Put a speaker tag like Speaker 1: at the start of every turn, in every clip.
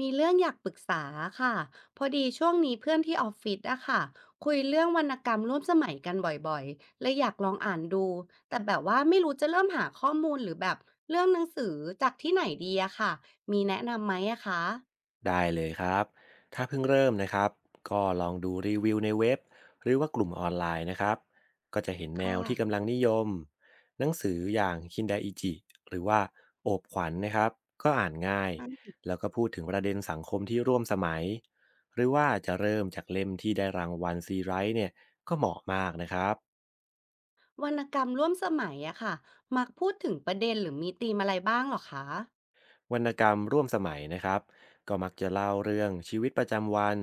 Speaker 1: มีเรื่องอยากปรึกษาค่ะพอดีช่วงนี้เพื่อนที่ออฟฟิศอะค่ะคุยเรื่องวรรณกรรมร่วมสมัยกันบ่อยๆเลยอยากลองอ่านดูแต่แบบว่าไม่รู้จะเริ่มหาข้อมูลหรือแบบเรื่องหนังสือจากที่ไหนดีอะค่ะมีแนะนำไหมอะคะ
Speaker 2: ได้เลยครับ ถ้าเพิ่งเริ่มนะครับ ก็ลองดูรีวิวในเว็บหรือว่ากลุ่มออนไลน์นะครับ ก็จะเห็นแนว
Speaker 1: ค่ะ
Speaker 2: ที่กำลังนิยมหนังสืออย่างคินไดอิจิหรือว่าโอบขวัญนะครับ ก็อ่านง่าย
Speaker 1: อ่ะ
Speaker 2: แล้วก็พูดถึงประเด็นสังคมที่ร่วมสมัยหรือว่าจะเริ่มจากเล่มที่ได้รางวัลซีไรท์เนี่ยก็เหมาะมากนะครับ
Speaker 1: วรรณกรรมร่วมสมัยอะค่ะมักพูดถึงประเด็นหรือมีธีมอะไรบ้างเหรอคะ
Speaker 2: วรรณกรรมร่วมสมัยนะครับก็มักจะเล่าเรื่องชีวิตประจำวัน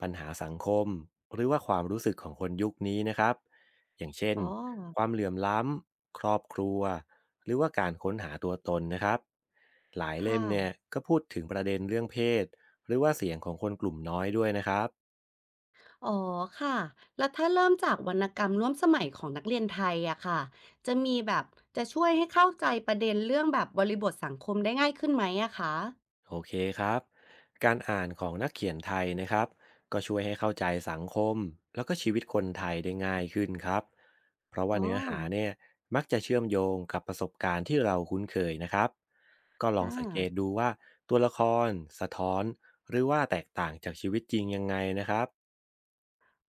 Speaker 2: ปัญหาสังคมหรือว่าความรู้สึกของคนยุคนี้นะครับอย่างเช่น
Speaker 1: อ๋อ
Speaker 2: ความเหลื่อมล้ำครอบครัวหรือว่าการค้นหาตัวตนนะครับหลายเล่
Speaker 1: ค่ะ
Speaker 2: มเนี่ยก็พูดถึงประเด็นเรื่องเพศหรือว่าเสียงของคนกลุ่มน้อยด้วยนะครับ
Speaker 1: อ๋อค่ะ แล้วถ้าเริ่มจากวรรณกรรมร่วมสมัยของนักเรียนไทยอะค่ะจะมีแบบจะช่วยให้เข้าใจประเด็นเรื่องแบบบริบทสังคมได้ง่ายขึ้นไหมอะคะ
Speaker 2: โอเคครับ การอ่านของนักเขียนไทยนะครับ ก็ช่วยให้เข้าใจสังคมแล้วก็ชีวิตคนไทยได้ง่ายขึ้นครับ เพราะว่า
Speaker 1: อ๋อ
Speaker 2: เนื้อหาเนี่ยมักจะเชื่อมโยงกับประสบการณ์ที่เราคุ้นเคยนะครับ ก็ลอ
Speaker 1: อ่า
Speaker 2: งสังเกตดูว่าตัวละครสะท้อนหรือว่าแตกต่างจากชีวิตจริงยังไงนะครับ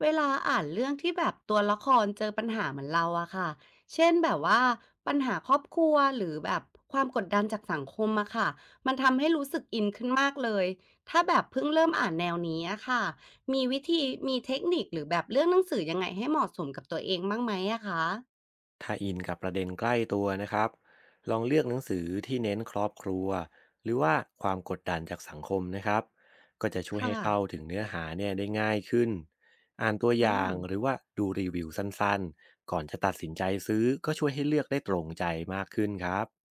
Speaker 1: เวลาอ่านเรื่องที่แบบตัวละครเจอปัญหาเหมือนเราอะค่ะเช่นแบบว่าปัญหาครอบครัวหรือแบบความกดดันจากสังคมอะค่ะมันทำให้รู้สึกอินขึ้นมากเลย ถ้าแบบเพิ่งเริ่มอ่านแนวนี้อะค่ะมีวิธีมีเทคนิคหรือแบบเลือกหนังสือยังไงให้เหมาะสมกับตัวเองบ้างไหมอะคะ
Speaker 2: ถ้าอินกับประเด็นใกล้ตัวนะครับลองเลือกหนังสือที่เน้นครอบครัวหรือว่าความกดดันจากสังคมนะครับก็จะช่วยให้
Speaker 1: ค่ะ
Speaker 2: เข้าถึงเนื้อหาเนี่ยได้ง่ายขึ้นอ่านตัวอย่าง
Speaker 1: อา
Speaker 2: หรือว่าดูรีวิวสั้นๆก่อนจะตัดสินใจซื้อก็ช่วยให้เลือกได้ตรงใจมากขึ้นครับ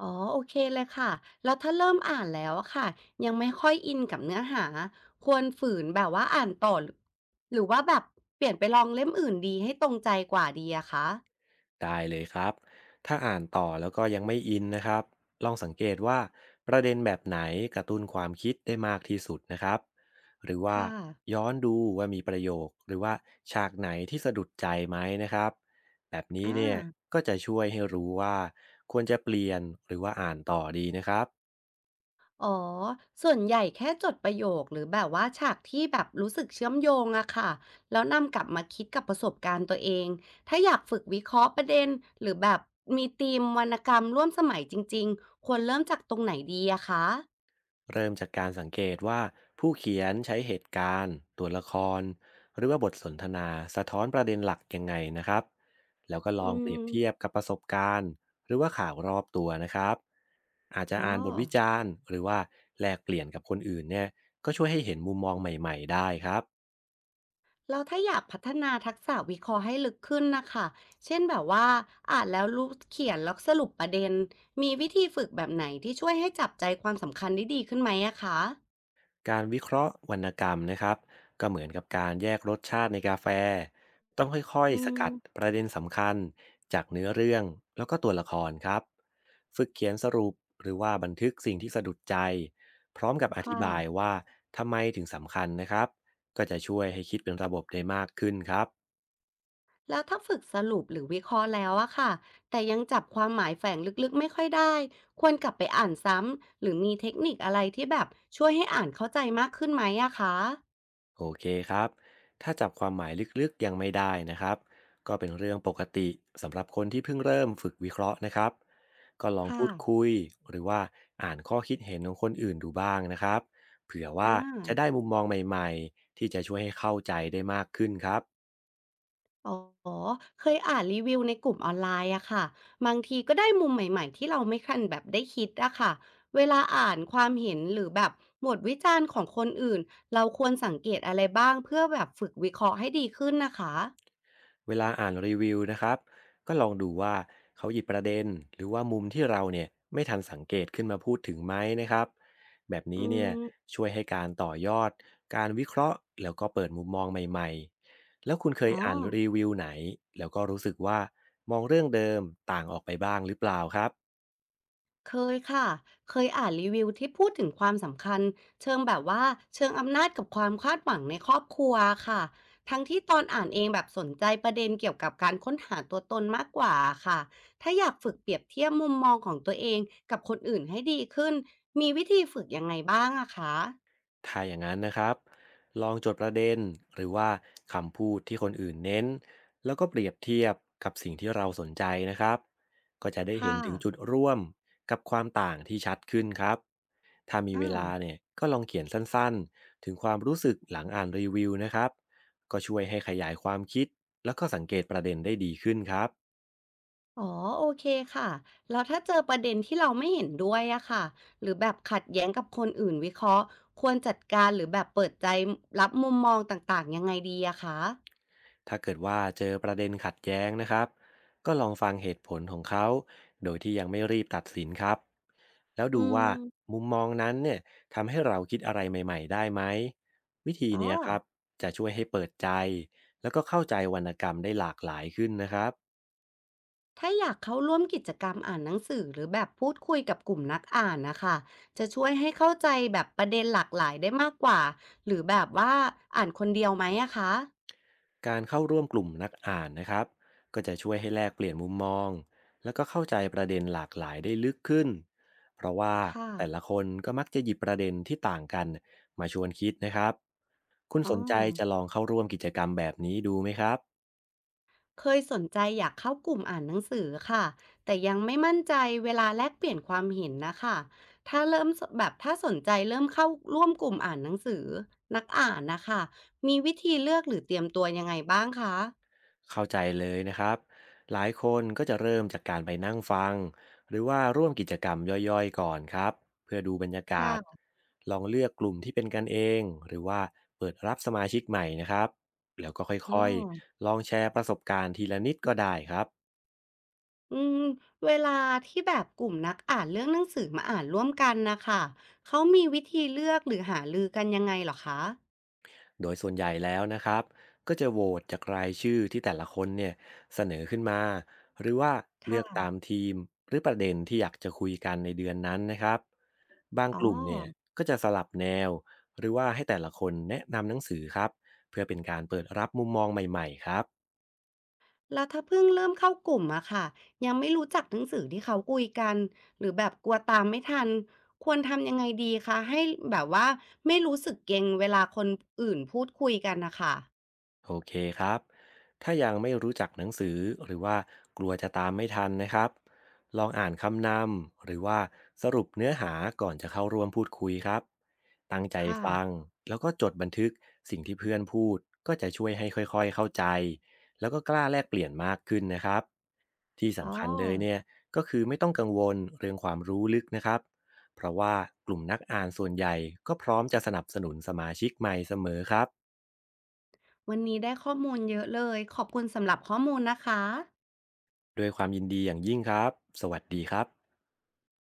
Speaker 1: อ๋อโอเคเลยค่ะแล้วถ้าเริ่มอ่านแล้วอะค่ะยังไม่ค่อยอินกับเนื้อหาควรฝืนแบบว่าอ่านต่อหรือว่าแบบเปลี่ยนไปลองเล่มอื่นดีให้ตรงใจกว่าดีอะคะ
Speaker 2: ได้เลยครับถ้าอ่านต่อแล้วก็ยังไม่อินนะครับลองสังเกตว่าประเด็นแบบไหนกระตุ้นความคิดได้มากที่สุดนะครับหรือว่า
Speaker 1: ค่ะ
Speaker 2: ย้อนดูว่ามีประโยคหรือว่าฉากไหนที่สะดุดใจไหมนะครับแบบนี้
Speaker 1: อ่
Speaker 2: เนี่ย
Speaker 1: า
Speaker 2: ก็จะช่วยให้รู้ว่าควรจะเปลี่ยนหรือว่าอ่านต่อดีนะครับ
Speaker 1: อ๋อส่วนใหญ่แค่จดประโยคหรือแบบว่าฉากที่แบบรู้สึกเชื่อมโยงอะค่ะแล้วนำกลับมาคิดกับประสบการณ์ตัวเองถ้าอยากฝึกวิเคราะห์ประเด็นหรือแบบมีธีมวรรณกรรมร่วมสมัยจริงๆควรเริ่มจากตรงไหนดีอะคะ
Speaker 2: เริ่มจากการสังเกตว่าผู้เขียนใช้เหตุการณ์ตัวละครหรือว่าบทสนทนาสะท้อนประเด็นหลักยังไงนะครับแล้วก็ล
Speaker 1: อื
Speaker 2: องเปรียบ
Speaker 1: ม
Speaker 2: เทียบกับประสบการณ์หรือว่าข่าวรอบตัวนะครับอาจจะ
Speaker 1: อ๋อ
Speaker 2: อ่านบทวิจารณ์หรือว่าแลกเปลี่ยนกับคนอื่นเนี่ยก็ช่วยให้เห็นมุมมองใหม่ๆได้ครับ
Speaker 1: แล้วถ้าอยากพัฒนาทักษะวิเคราะห์ให้ลึกขึ้นนะคะ เช่นแบบว่าอ่านแล้วรู้เขียนแล้วสรุปประเด็นมีวิธีฝึกแบบไหนที่ช่วยให้จับใจความสำคัญได้ดีขึ้นไหมอะคะ
Speaker 2: การวิเคราะห์วรรณกรรมนะครับก็เหมือนกับการแยกรสชาติในกาแฟต้องค่อย
Speaker 1: อื
Speaker 2: ๆส
Speaker 1: ม
Speaker 2: กัดประเด็นสำคัญจากเนื้อเรื่องแล้วก็ตัวละครครับฝึกเขียนสรุปหรือว่าบันทึกสิ่งที่สะดุดใจพร้อมกับอธิ
Speaker 1: ค่ะ
Speaker 2: บายว่าทำไมถึงสำคัญนะครับก็จะช่วยให้คิดเป็นระบบได้มากขึ้นครับ
Speaker 1: แล้วถ้าฝึกสรุปหรือวิเคราะห์แล้วอะค่ะ แต่ยังจับความหมายแฝงลึกๆไม่ค่อยได้ควรกลับไปอ่านซ้ำหรือมีเทคนิคอะไรที่แบบช่วยให้อ่านเข้าใจมากขึ้นไหมอะคะ
Speaker 2: โอเคครับ ถ้าจับความหมายลึกๆยังไม่ได้นะครับ ก็เป็นเรื่องปกติสำหรับคนที่เพิ่งเริ่มฝึกวิเคราะห์นะครับ ก็ลอง
Speaker 1: ค่ะ
Speaker 2: พูดคุยหรือว่าอ่านข้อคิดเห็นของคนอื่นดูบ้างนะครับ เผื่อ
Speaker 1: อ่
Speaker 2: ว่าจะได้
Speaker 1: า
Speaker 2: มุมมองใหม่ๆที่จะช่วยให้เข้าใจได้มากขึ้นครับ
Speaker 1: อ๋อเคยอ่านรีวิวในกลุ่มออนไลน์อะค่ะบางทีก็ได้มุมใหม่ๆที่เราไม่คันแบบได้คิดอะค่ะเวลาอ่านความเห็นหรือแบบบทวิจารณ์ของคนอื่น เราควรสังเกตอะไรบ้างเพื่อแบบฝึกวิเคราะห์ให้ดีขึ้นนะคะ
Speaker 2: เวลาอ่านรีวิวนะครับก็ลองดูว่าเขาหยิบประเด็นหรือว่ามุมที่เราเนี่ยไม่ทันสังเกตขึ้นมาพูดถึงไหมนะครับแบบนี้
Speaker 1: อื
Speaker 2: เนี่ย
Speaker 1: ม
Speaker 2: ช่วยให้การต่อยอดการวิเคราะห์แล้วก็เปิดมุมมองใหม่ๆแล้วคุณเคย
Speaker 1: อ๋อ
Speaker 2: อ่านรีวิวไหนแล้วก็รู้สึกว่ามองเรื่องเดิมต่างออกไปบ้างหรือเปล่าครับ
Speaker 1: เคยค่ะ เคยอ่านรีวิวที่พูดถึงความสำคัญเชิงแบบว่าเชิงอำนาจกับความคาดหวังในครอบครัวค่ะทั้งที่ตอนอ่านเองแบบสนใจประเด็นเกี่ยวกับการค้นหาตัวตนมากกว่าค่ะถ้าอยากฝึกเปรียบเทียบมุมมองของตัวเองกับคนอื่นให้ดีขึ้น มีวิธีฝึกยังไงบ้างอะคะ
Speaker 2: ถ้าอย่างนั้นนะครับลองจดประเด็นหรือว่าคำพูดที่คนอื่นเน้น แล้วก็เปรียบเทียบกับสิ่งที่เราสนใจนะครับก็จะได้เห็
Speaker 1: ค่ะ
Speaker 2: นถึงจุดร่วมกับความต่างที่ชัดขึ้นครับถ้ามีเว
Speaker 1: อา
Speaker 2: ลาเนี่ยก็ลองเขียนสั้นๆ ถึงความรู้สึกหลังอ่านรีวิวนะครับก็ช่วยให้ขยายความคิดแล้วก็สังเกตประเด็นได้ดีขึ้นครับ
Speaker 1: อ๋อโอเคค่ะแล้วถ้าเจอประเด็นที่เราไม่เห็นด้วยอะค่ะหรือแบบขัดแย้งกับคนอื่นวิเคราะห์ควรจัดการหรือแบบเปิดใจรับมุมมองต่างๆยังไงดีอะคะ
Speaker 2: ถ้าเกิดว่าเจอประเด็นขัดแย้งนะครับก็ลองฟังเหตุผลของเขา โดยที่ยังไม่รีบตัดสินครับ แล้ว
Speaker 1: อื
Speaker 2: ดูว่า
Speaker 1: ม
Speaker 2: มุมมองนั้นเนี่ยทำให้เราคิดอะไรใหม่ๆได้ไหมวิธี
Speaker 1: อ๋อ
Speaker 2: เนี้ยครับจะช่วยให้เปิดใจแล้วก็เข้าใจวรรณกรรมได้หลากหลายขึ้นนะครับ
Speaker 1: ถ้าอยากเข้าร่วมกิจกรรมอ่านหนังสือหรือแบบพูดคุยกับกลุ่มนักอ่านนะคะจะช่วยให้เข้าใจแบบประเด็นหลากหลายได้มากกว่าหรือแบบว่าอ่านคนเดียวไหมอะคะ
Speaker 2: การเข้าร่วมกลุ่มนักอ่านนะครับก็จะช่วยให้แลกเปลี่ยนมุมมองแล้วก็เข้าใจประเด็นหลากหลายได้ลึกขึ้นเพราะว่า
Speaker 1: ค่ะ
Speaker 2: แต่ละคนก็มักจะหยิบประเด็นที่ต่างกันมาชวนคิดนะครับ คุณ
Speaker 1: อ๋อ
Speaker 2: สนใจจะลองเข้าร่วมกิจกรรมแบบนี้ดูไหมครับ
Speaker 1: เคยสนใจอยากเข้ากลุ่มอ่านหนังสือค่ะแต่ยังไม่มั่นใจเวลาแลกเปลี่ยนความเห็นนะคะถ้าเริ่มสแบบถ้าสนใจเริ่มเข้าร่วมกลุ่มอ่านหนังสือนักอ่านนะคะมีวิธีเลือกหรือเตรียมตัวยังไงบ้างคะ
Speaker 2: เข้าใจเลยนะครับหลายคนก็จะเริ่มจากการไปนั่งฟังหรือว่าร่วมกิจกรรมย่อยๆก่อนครับเพื่อดูบรรยากาศ
Speaker 1: ค่ะ
Speaker 2: ลองเลือกกลุ่มที่เป็นกันเองหรือว่าเปิดรับสมาชิกใหม่นะครับแล้วก็
Speaker 1: อ๋อ
Speaker 2: ค่อยๆลองแชร์ประสบการณ์ทีละนิดก็ได้ครับ
Speaker 1: อืมเวลาที่แบบกลุ่มนักอ่านเรื่องหนังสือมาอ่านร่วมกันนะคะเขามีวิธีเลือกหรือหารือกันยังไงเหรอคะ
Speaker 2: โดยส่วนใหญ่แล้วนะครับก็จะโหวตจากรายชื่อที่แต่ละคนเนี่ยเสนอขึ้นมาหรือว่าเลือกตา
Speaker 1: ค่ะ
Speaker 2: มทีมหรือประเด็นที่อยากจะคุยกันในเดือนนั้นนะครับบาง
Speaker 1: อ๋อ
Speaker 2: กลุ่มเนี่ยก็จะสลับแนวหรือว่าให้แต่ละคนแนะนำหนังสือครับเพื่อเป็นการเปิดรับมุมมองใหม่ๆครับ
Speaker 1: แล้วถ้าเพิ่งเริ่มเข้ากลุ่มอะค่ะยังไม่รู้จักหนังสือที่เขาคุยกันหรือแบบกลัวตามไม่ทันควรทำยังไงดีคะให้แบบว่าไม่รู้สึกเกรงเวลาคนอื่นพูดคุยกันนะคะ
Speaker 2: โอเคครับ ถ้ายังไม่รู้จักหนังสือหรือว่ากลัวจะตามไม่ทันนะครับ ลองอ่านคำนำหรือว่าสรุปเนื้อหาก่อนจะเข้าร่วมพูดคุยครับ ตั้งใจ
Speaker 1: ค่ะ
Speaker 2: ฟังแล้วก็จดบันทึกสิ่งที่เพื่อนพูดก็จะช่วยให้ค่อยๆเข้าใจแล้วก็กล้าแลกเปลี่ยนมากขึ้นนะครับ ที่
Speaker 1: อ๋อ
Speaker 2: สำคัญเลยเนี่ยก็คือไม่ต้องกังวลเรื่องความรู้ลึกนะครับ เพราะว่ากลุ่มนักอ่านส่วนใหญ่ก็พร้อมจะสนับสนุนสมาชิกใหม่เสมอครับ
Speaker 1: วันนี้ได้ข้อมูลเยอะเลยขอบคุณสำหรับข้อมูลนะคะ
Speaker 2: ด้วยความยินดีอย่างยิ่งครับ สวัสดีครับ